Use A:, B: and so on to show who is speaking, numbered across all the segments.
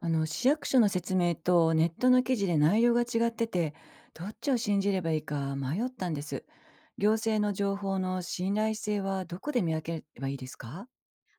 A: 市役所の説明とネットの記事で内容が違ってて、どっちを信じればいいか迷ったんです。行政の情報の信頼性はどこで見分ければいいですか？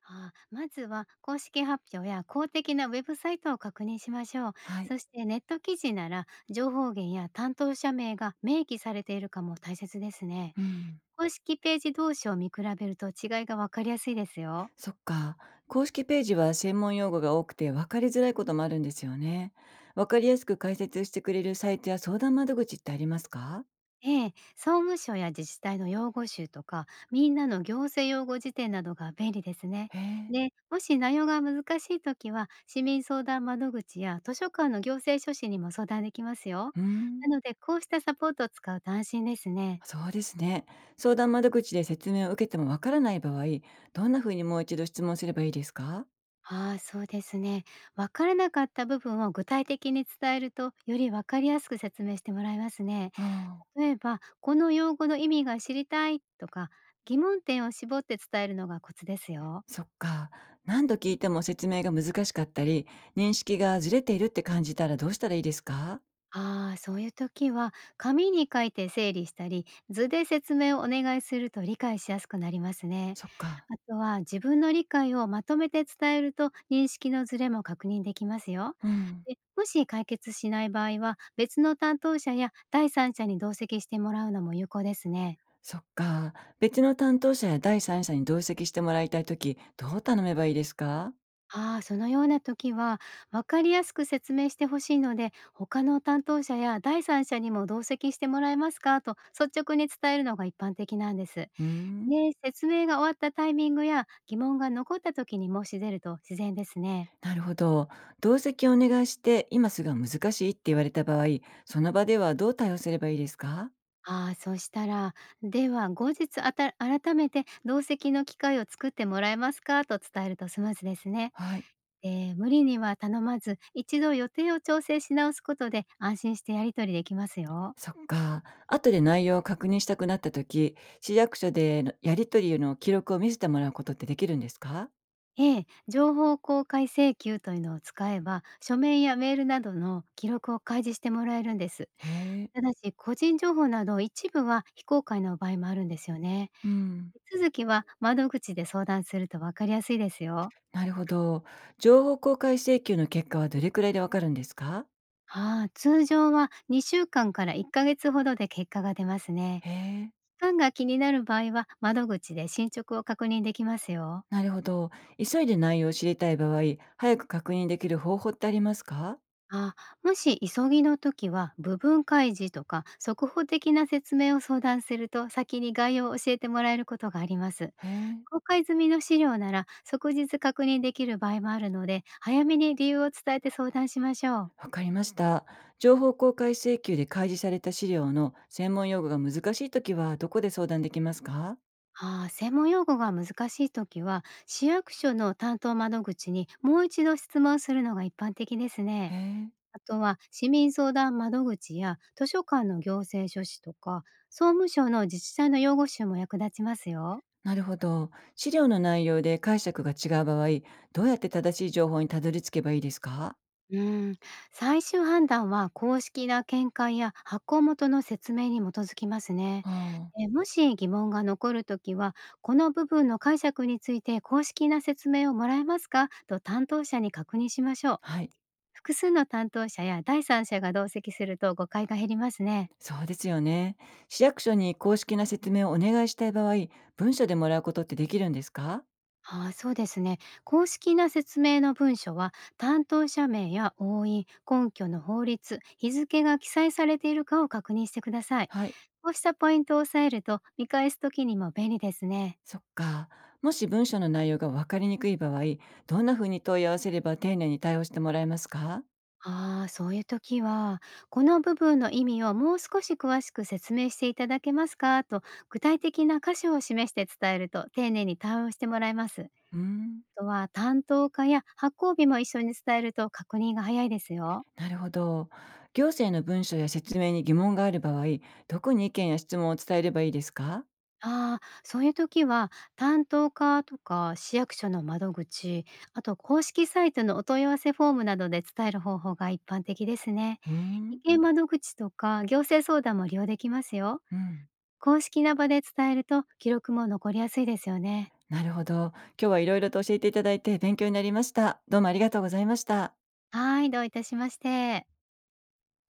B: ああ、まずは公式発表や公的なウェブサイトを確認しましょう。
A: はい。
B: そしてネット記事なら情報源や担当者名が明記されているかも大切ですね。
A: うん。
B: 公式ページ同士を見比べると違いがわかりやすいですよ。
A: そっか。公式ページは専門用語が多くて分かりづらいこともあるんですよね。分かりやすく解説してくれるサイトや相談窓口ってありますか？
B: ええ、総務省や自治体の用語集とか、みんなの行政用語辞典などが便利ですね。
A: へえ。
B: で、もし内容が難しいときは、市民相談窓口や図書館の行政書士にも相談できますよ。
A: うん。
B: なので、こうしたサポートを使うと安心ですね。
A: そうですね。相談窓口で説明を受けても分からない場合、どんな風にもう一度質問すればいいですか？
B: ああ、そうですね。わからなかった部分を具体的に伝えると、よりわかりやすく説明してもらえますね。
A: うん、
B: 例えば、この用語の意味が知りたいとか、疑問点を絞って伝えるのがコツですよ。
A: そっか。何度聞いても説明が難しかったり、認識がずれているって感じたらどうしたらいいですか？
B: ああ、そういう時は紙に書いて整理したり、図で説明をお願いすると理解しやすくなりますね。
A: そっか。
B: あとは自分の理解をまとめて伝えると認識のズレも確認できますよ。
A: うん。
B: でもし解決しない場合は別の担当者や第三者に同席してもらうのも有効ですね。
A: そっか。別の担当者や第三者に同席してもらいたいとき、どう頼めばいいですか？
B: ああ、そのような時は分かりやすく説明してほしいので他の担当者や第三者にも同席してもらえますかと率直に伝えるのが一般的なんです。
A: うーん。
B: ね、説明が終わったタイミングや疑問が残った時に申し出ると自然ですね。
A: なるほど。同席をお願いして、今すぐは難しいって言われた場合、その場ではどう対応すればいいですか？
B: ああ、そしたら、では後日あた改めて同席の機会を作ってもらえますかと伝えるとスムーズですね。
A: はい。
B: で、無理には頼まず、一度予定を調整し直すことで安心してやり取りできますよ。
A: そっか。後で内容を確認したくなった時、市役所でのやり取りの記録を見せてもらうことってできるんですか？
B: ええ、情報公開請求というのを使えば、書面やメールなどの記録を開示してもらえるんです。
A: へえ。
B: ただし、個人情報など一部は非公開の場合もあるんですよね。
A: うん。
B: 手続きは窓口で相談すると分かりやすいですよ。
A: なるほど。情報公開請求の結果はどれくらいでわかるんですか？
B: ああ、通常は2週間かんから1ヶ月ほどで結果が出ますね。
A: へえ。
B: 期間が気になる場合は窓口で進捗を確認できますよ。
A: なるほど。急いで内容を知りたい場合、早く確認できる方法ってありますか？
B: あ、もし急ぎの時は部分開示とか速報的な説明を相談すると先に概要を教えてもらえることがあります。
A: へえ。
B: 公開済みの資料なら即日確認できる場合もあるので早めに理由を伝えて相談しましょう。
A: わかりました。情報公開請求で開示された資料の専門用語が難しいときはどこで相談できますか？
B: ああ、専門用語が難しい時は市役所の担当窓口にもう一度質問するのが一般的です
A: へ
B: ね。
A: え。
B: あとは市民相談窓口や図書館の行政書士とか、総務省の自治体の用語集も役立ちますよ。
A: なるほど。資料の内容で解釈が違う場合、どうやって正しい情報にたどり着けばいいですか？
B: うん、最終判断は公式な見解や発行元の説明に基づきますね。
A: ああ、
B: えもし疑問が残るときは、この部分の解釈について公式な説明をもらえますかと担当者に確認しましょう。
A: はい。
B: 複数の担当者や第三者が同席すると誤解が減りますね。
A: そうですよね。市役所に公式な説明をお願いしたい場合、文書でもらうことってできるんですか？
B: ああ、そうですね。公式な説明の文書は、担当者名や押印、根拠の法律、日付が記載されているかを確認してください。
A: はい。
B: こうしたポイントを押さえると、見返す時にも便利ですね。
A: そっか。もし文書の内容が分かりにくい場合、どんなふうに問い合わせれば丁寧に対応してもらえますか？
B: ああ、そういう時は、この部分の意味をもう少し詳しく説明していただけますかと、具体的な箇所を示して伝えると、丁寧に対応してもらえます。
A: うーん。
B: あとは、担当課や発行日も一緒に伝えると確認が早いですよ。
A: なるほど。行政の文書や説明に疑問がある場合、どこに意見や質問を伝えればいいですか？
B: ああ、そういう時は担当課とか市役所の窓口、あと公式サイトのお問い合わせフォームなどで伝える方法が一般的ですね。
A: うー
B: 意
A: ん。
B: 見窓口とか行政相談も利用できますよ。
A: うん。
B: 公式な場で伝えると記録も残りやすいですよね。
A: なるほど。今日はいろいろと教えていただいて勉強になりました。どうもありがとうございました。
B: はい、どういたしまして。